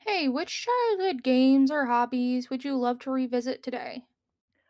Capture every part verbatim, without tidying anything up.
Hey, which childhood games or hobbies would you love to revisit today?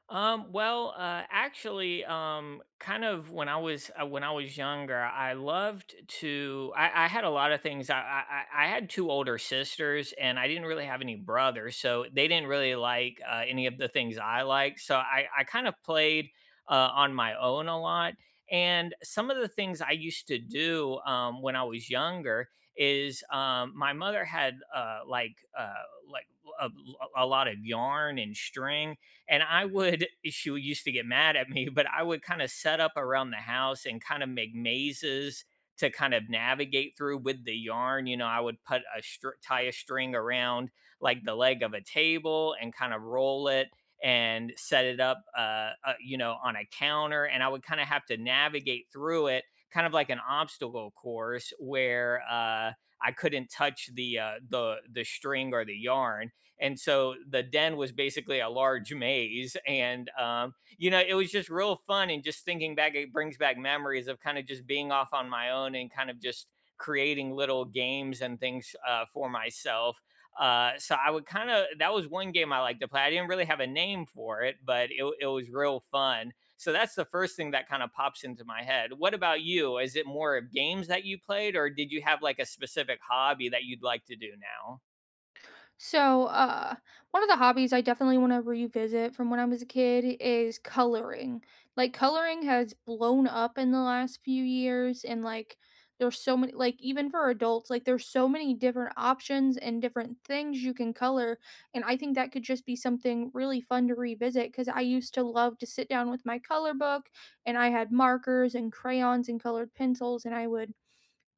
Um, well, uh, actually, um, kind of when I was uh, when I was younger, I loved to. I, I had a lot of things. I, I I I had two older sisters, and I didn't really have any brothers, so they didn't really like uh, any of the things I liked. So I I kind of played uh, on my own a lot. And some of the things I used to do um, when I was younger is um, my mother had uh, like uh, like a, a lot of yarn and string, and I would eh, she used to get mad at me, but I would kinda set up around the house and kinda make mazes to kind of navigate through with the yarn. You know, I would put a str- tie a string around like the leg of a table and kind of roll it and set it up, uh, uh, you know, on a counter. And I would kind of have to navigate through it, kind of like an obstacle course where uh, I couldn't touch the uh, the the string or the yarn. And so the den was basically a large maze, and um, you know it was just real fun, and just thinking back, it brings back memories of kind of just being off on my own and kind of just creating little games and things uh, for myself. Uh, so i would kind of, that was one game I liked to play. I didn't really have a name for it, but it, it was real fun. So that's the first thing that kind of pops into my head. What about you? Is it more of games that you played, or did you have like a specific hobby that you'd like to do now? So, uh, One of the hobbies I definitely want to revisit from when I was a kid is coloring. Like, coloring has blown up in the last few years, and like, there's so many, like, even for adults, like, there's so many different options and different things you can color. And I think that could just be something really fun to revisit because I used to love to sit down with my color book, and I had markers and crayons and colored pencils, and I would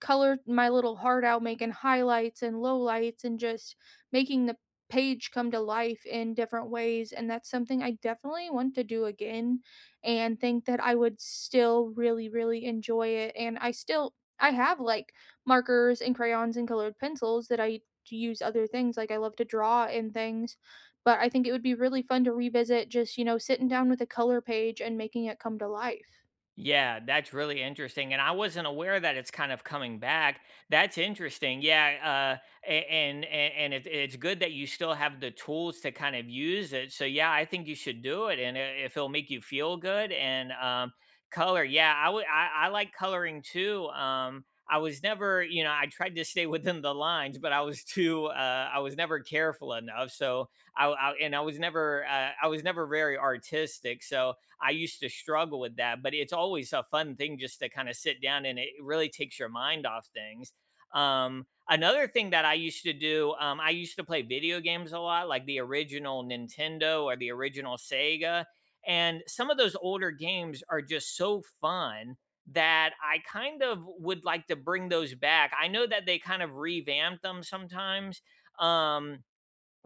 colored my little heart out making highlights and lowlights and just making the page come to life in different ways. And that's something I definitely want to do again and think that I would still really really enjoy it. And I still I have like markers and crayons and colored pencils that I use. Other things, like I love to draw and things, but I think it would be really fun to revisit just, you know, sitting down with a color page and making it come to life. Yeah, that's really interesting, and I wasn't aware that it's kind of coming back. That's interesting. Yeah, uh, a- and and, and it, it's good that you still have the tools to kind of use it. So yeah, I think you should do it, and i- if it'll make you feel good and um, color. Yeah, I would. I, I like coloring too. Um, I was never, you know, I tried to stay within the lines, but I was too. Uh, I was never careful enough. So I, I and I was never. Uh, I was never very artistic. So. I used to struggle with that, but it's always a fun thing just to kind of sit down, and it really takes your mind off things. Um, another thing that I used to do, um, I used to play video games a lot, like the original Nintendo or the original Sega. And some of those older games are just so fun that I kind of would like to bring those back. I know that they kind of revamped them sometimes. Um,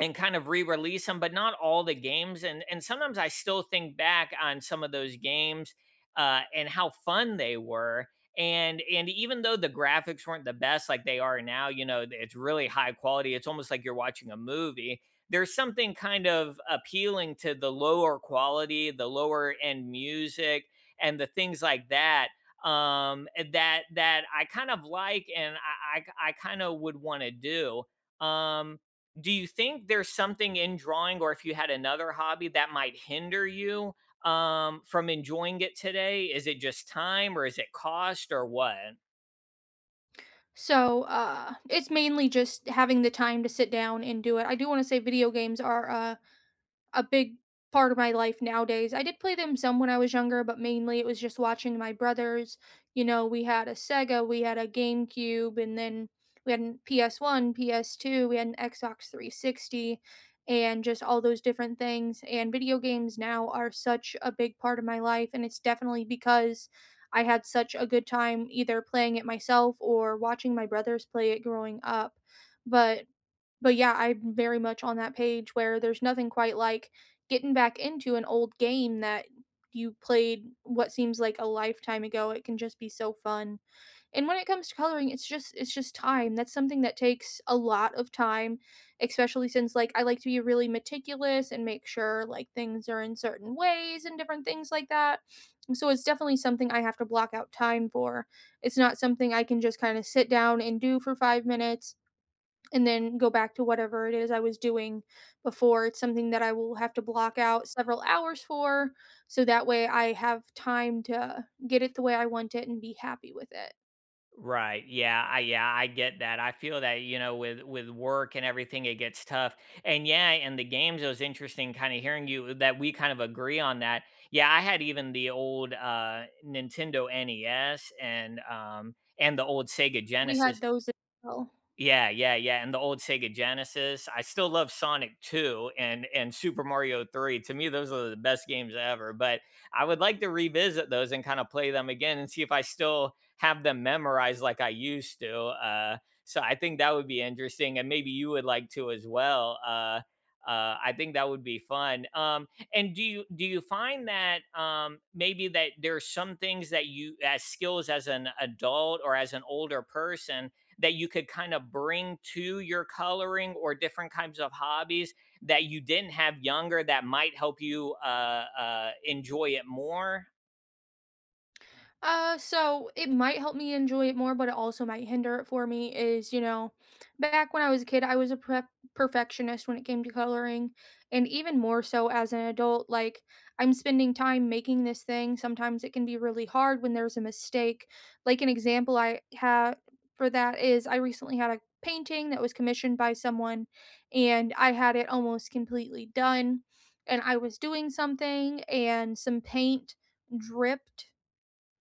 and kind of re-release them, but not all the games. And and sometimes I still think back on some of those games uh, and how fun they were. And and even though the graphics weren't the best like they are now, you know, it's really high quality. It's almost like you're watching a movie. There's something kind of appealing to the lower quality, the lower end music, and the things like that, um that that I kind of like, and i i, I kind of would want to do. um do you think there's something in drawing, or if you had another hobby that might hinder you um, from enjoying it today? Is it just time, or is it cost, or what? So, uh, it's mainly just having the time to sit down and do it. I do wanna say video games are, uh, a big part of my life nowadays. I did play them some when I was younger, but mainly it was just watching my brothers. You know, we had a Sega, we had a GameCube, and then we had an P S one, P S two, we had an Xbox three sixty, and just all those different things. And video games now are such a big part of my life, and it's definitely because I had such a good time either playing it myself or watching my brothers play it growing up. But but yeah, I'm very much on that page where there's nothing quite like getting back into an old game that you played what seems like a lifetime ago. It can just be so fun. And when it comes to coloring, it's just it's just time. That's something that takes a lot of time, especially since like I like to be really meticulous and make sure like things are in certain ways and different things like that. So it's definitely something I have to block out time for. It's not something I can just kind of sit down and do for five minutes and then go back to whatever it is I was doing before. It's something that I will have to block out several hours for, so that way I have time to get it the way I want it and be happy with it. Right. Yeah. I Yeah, I get that. I feel that, you know, with with work and everything, it gets tough. And yeah, and the games, it was interesting kind of hearing you that we kind of agree on that. Yeah, I had even the old uh Nintendo N E S and um and the old Sega We Genesis. had those as well. Yeah, yeah, yeah, and the old Sega Genesis. I still love Sonic two and and Super Mario three. To me, those are the best games ever, but I would like to revisit those and kinda play them again and see if I still have them memorized like I used to, uh, so I think that would be interesting, and maybe you would like to as well. uh, uh, I think that would be fun. Um, and do you do you find that, um, maybe that there are some things that you as skills as an adult or as an older person that you could kind of bring to your coloring or different kinds of hobbies that you didn't have younger that might help you uh, uh, enjoy it more? Uh, so it might help me enjoy it more, but it also might hinder it for me. Is, you know, back when I was a kid, I was a prep perfectionist when it came to coloring, and even more so as an adult. Like, I'm spending time making this thing. Sometimes it can be really hard when there's a mistake. Like an example I have for that is I recently had a painting that was commissioned by someone, and I had it almost completely done, and I was doing something, and some paint dripped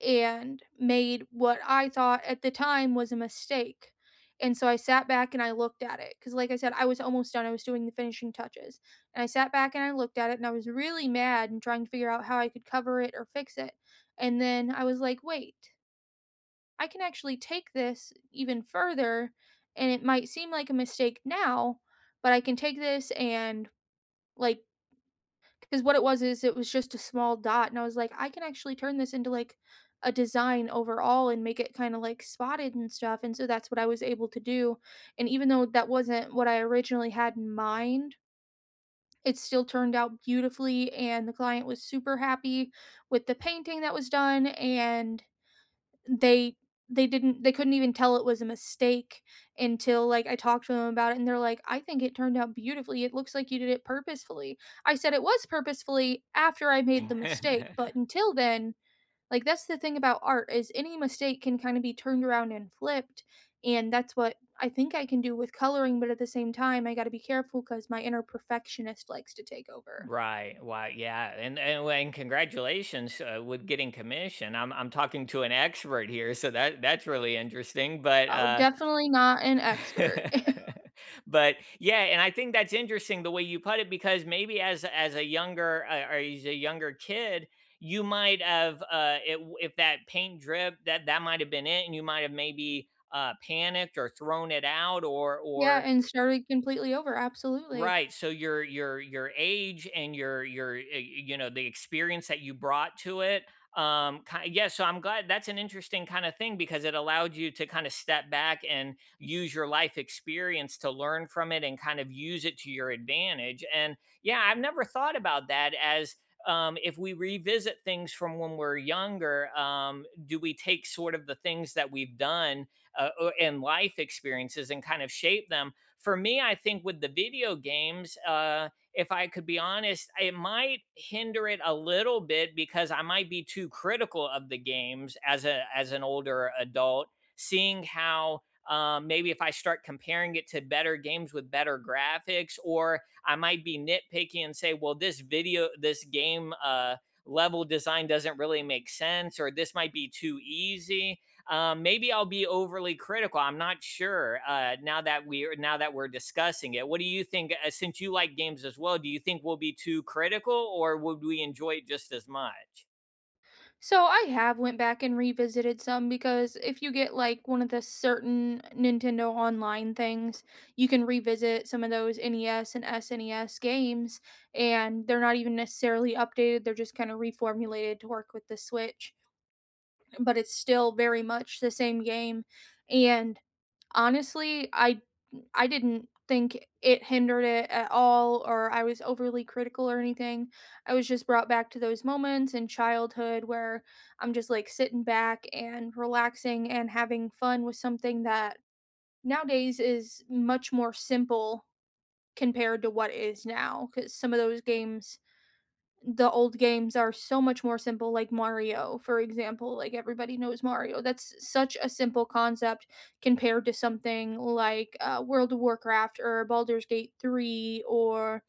and made what I thought at the time was a mistake. And so I sat back and I looked at it because, like I said, I was almost done. I was doing the finishing touches. And I sat back and I looked at it and I was really mad and trying to figure out how I could cover it or fix it. And then I was like, wait, I can actually take this even further. And it might seem like a mistake now, but I can take this and, like, because what it was is it was just a small dot, and I was like, I can actually turn this into like a design overall and make it kind of like spotted and stuff. And so that's what I was able to do. And even though that wasn't what I originally had in mind, it still turned out beautifully. And the client was super happy with the painting that was done. And they they didn't they couldn't even tell it was a mistake until like I talked to them about it and they're like, "I think it turned out beautifully. It looks like you did it purposefully." I said it was purposefully after I made the mistake, but until then, like, that's the thing about art is any mistake can kind of be turned around and flipped, and that's what I think I can do with coloring, but at the same time, I got to be careful cuz my inner perfectionist likes to take over. Right. Wow. Yeah. And and, well, and congratulations uh, with getting commission. I'm I'm talking to an expert here, so that that's really interesting. But Oh, uh, definitely not an expert. But yeah, and I think that's interesting the way you put it, because maybe as as a younger uh, or as a younger kid, you might have uh it, if that paint drip, that that might have been it, and you might have maybe uh panicked or thrown it out or Yeah, or and started completely over, absolutely. right, so your your your age and your your, eh, you know, the experience that you brought to it, um, ki yeah, so I'm glad that's an interesting kinda thing, because it allowed you to kinda step back and use your life experience to learn from it and kind of use it to your advantage. And yeah, I've never thought about that as, um, if we revisit things from when we're younger, um, do we take sort of the things that we've done, uh, o and life experiences and kind of shape them. For me, I think with the video games, uh, if I could be honest, it might hinder it a little bit, because I might be too critical of the games as a as an older adult, seeing how um, maybe if I start comparing it to better games with better graphics, or I might be nitpicky and say, well, this video, this game uh, level design doesn't really make sense, or this might be too easy. Um, maybe I'll be overly critical. I'm not sure. Uh, now that we're now that we're discussing it, what do you think? Uh, since you like games as well, do you think we'll be too critical, or would we enjoy it just as much? So I have went back and revisited some because if you get like one of the certain Nintendo online things, you can revisit some of those N E S and S N E S games and they're not even necessarily updated, they're just kind of reformulated to work with the Switch, but it's still very much the same game. And honestly, I I didn't think it hindered it at all or I was overly critical or anything. I was just brought back to those moments in childhood where I'm just like sitting back and relaxing and having fun with something that nowadays is much more simple compared to what it is now cuz some of those games, the old games are so much more simple, like Mario for example, like everybody knows Mario. That's such a simple concept compared to something like uh, World of Warcraft or Baldur's Gate three or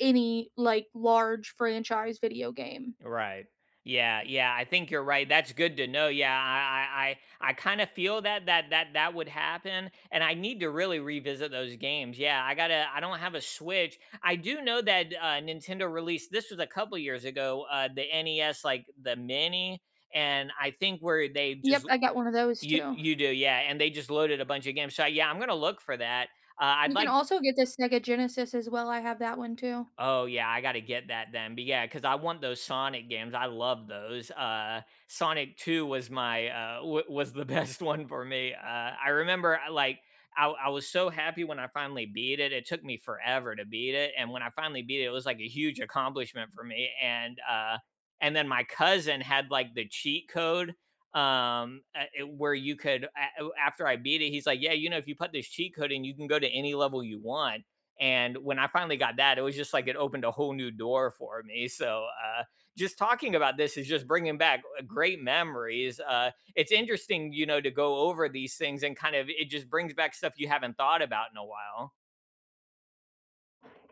any like large franchise video game. Right. Yeah, yeah, I think you're right. That's good to know. Yeah, I I I, I kind of feel that that that that would happen, and I need to really revisit those games. Yeah, I got to I don't have a Switch. I do know that uh Nintendo released, this was a couple years ago, uh the N E S like the mini, and I think where they Yep, just, I got one of those you too. you do. Yeah, and they just loaded a bunch of games. So yeah, I'm going to look for that. Uh, I'd You can like, also get the Sega Genesis as well, I have that one too. oh yeah, I gotta get that then. But yeah, because I want those Sonic games. I love those. Uh, Sonic Two was my uh, w- was the best one for me. Uh, I remember I, like I, I was so happy when I finally beat it. It took me forever to beat it, and when I finally beat it, it was like a huge accomplishment for me. And uh, and then my cousin had like the cheat code, um uh, it- where you could a- a- after I beat it he's like, yeah, you know, if you put this cheat code in you can go to any level you want. And when I finally got that, it was just like it opened a whole new door for me. So, uh, just talking about this is just bringing back uh, great memories. Uh, it's interesting, you know, to go over these things, and kind of it just brings back stuff you haven't thought about in a while.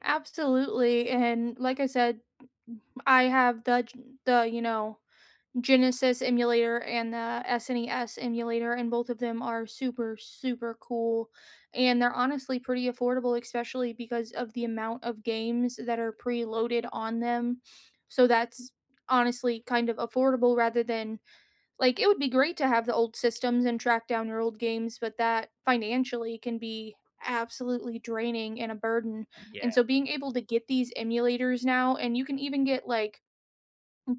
Absolutely, and like I said, I have the the, you know, Genesis emulator and the S N E S emulator, and both of them are super, super cool. And they're honestly pretty affordable, especially because of the amount of games that are preloaded on them. So that's honestly kind of affordable rather than, like, it would be great to have the old systems and track down your old games, but that financially can be absolutely draining and a burden. And so Yeah. being able to get these emulators now, and you can even get like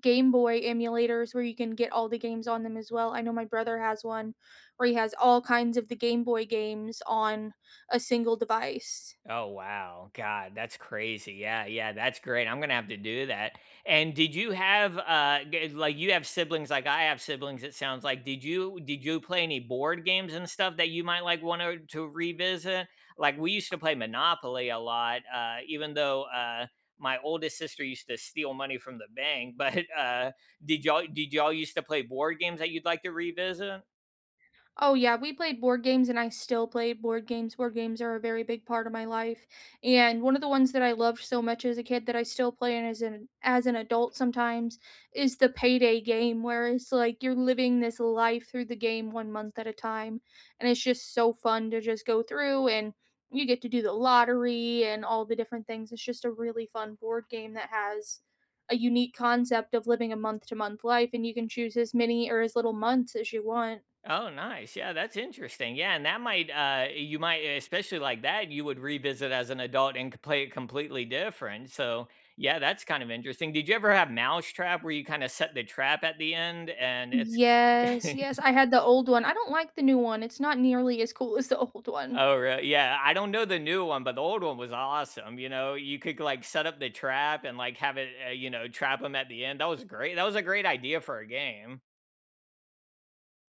Game Boy emulators where you can get all the games on them as well. I know my brother has one where he has all kinds of the Game Boy games on a single device. Oh wow, God, that's crazy. Yeah, yeah, that's great. I'm gonna have to do that. And did you have uh g- like, you have siblings like I have siblings? It sounds like, did you did you play any board games and stuff that you might like want to to revisit? Like we used to play Monopoly a lot, uh, even though uh my oldest sister used to steal money from the bank. But uh did y'all did y'all used to play board games that you'd like to revisit? Oh, yeah, we played board games and I still play board games. Board games are a very big part of my life, and one of the ones that I loved so much as a kid that I still play and as an as an adult sometimes is the payday game, where it's like you're living this life through the game one month at a time, and it's just so fun to just go through and you get to do the lottery and all the different things. It's just a really fun board game that has a unique concept of living a month-to-month life, and you can choose as many or as little months as you want. Oh, nice. Yeah, that's interesting. Yeah, and that might, uh you might especially like that you would revisit as an adult and c- play it completely different. So, yeah, that's kind of interesting. Did you ever have Mousetrap where you kind of set the trap at the end and it's Yes, yes, I had the old one. I don't like the new one, it's not nearly as cool as the old one. oh, really? Yeah, I don't know the new one, but the old one was awesome. You know, you could like set up the trap and like have it, uh, you know, trap them at the end. That was great. That was a great idea for a game.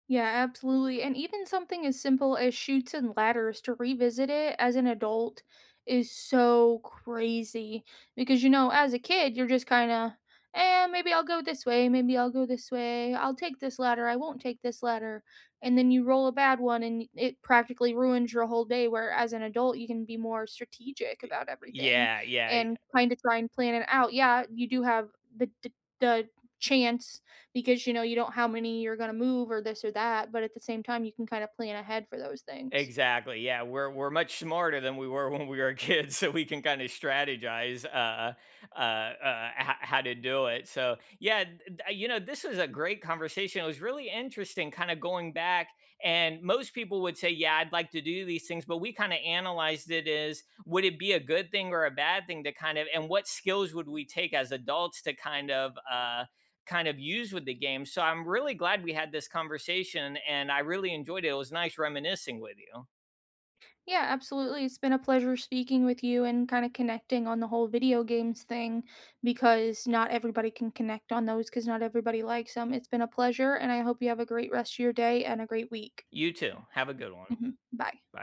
Yeah, absolutely. And even something as simple as shoots and Ladders to revisit it as an adult is so crazy because, you know, as a kid, you're just kind of, eh, maybe I'll go this way, maybe I'll go this way, I'll take this ladder, I won't take this ladder. And then you roll a bad one and it practically ruins your whole day. Where as an adult, you can be more strategic about everything Yeah, yeah, and kind of try and plan it out. Yeah, you do have the, the, the chance because, you know, you don't know how many you're going to move or this or that, but at the same time you can kind of plan ahead for those things. exactly. Yeah, we're we're much smarter than we were when we were kids, so we can kind of strategize uh, uh, uh, h- how to do it. So yeah, th- th- uh, you know, this was a great conversation. It was really interesting, kind of going back. And most people would say, "Yeah, I'd like to do these things," but we kind of analyzed it as would it be a good thing or a bad thing to kind of, and what skills would we take as adults to kind of. Uh, kind of used with the game. So I'm really glad we had this conversation, and I really enjoyed it. It was nice reminiscing with you. Yeah, absolutely. It's been a pleasure speaking with you and kind of connecting on the whole video games thing because not everybody can connect on those because not everybody likes them. It's been a pleasure, and I hope you have a great rest of your day and a great week. You too. Have a good one. Mhm. Bye. Bye.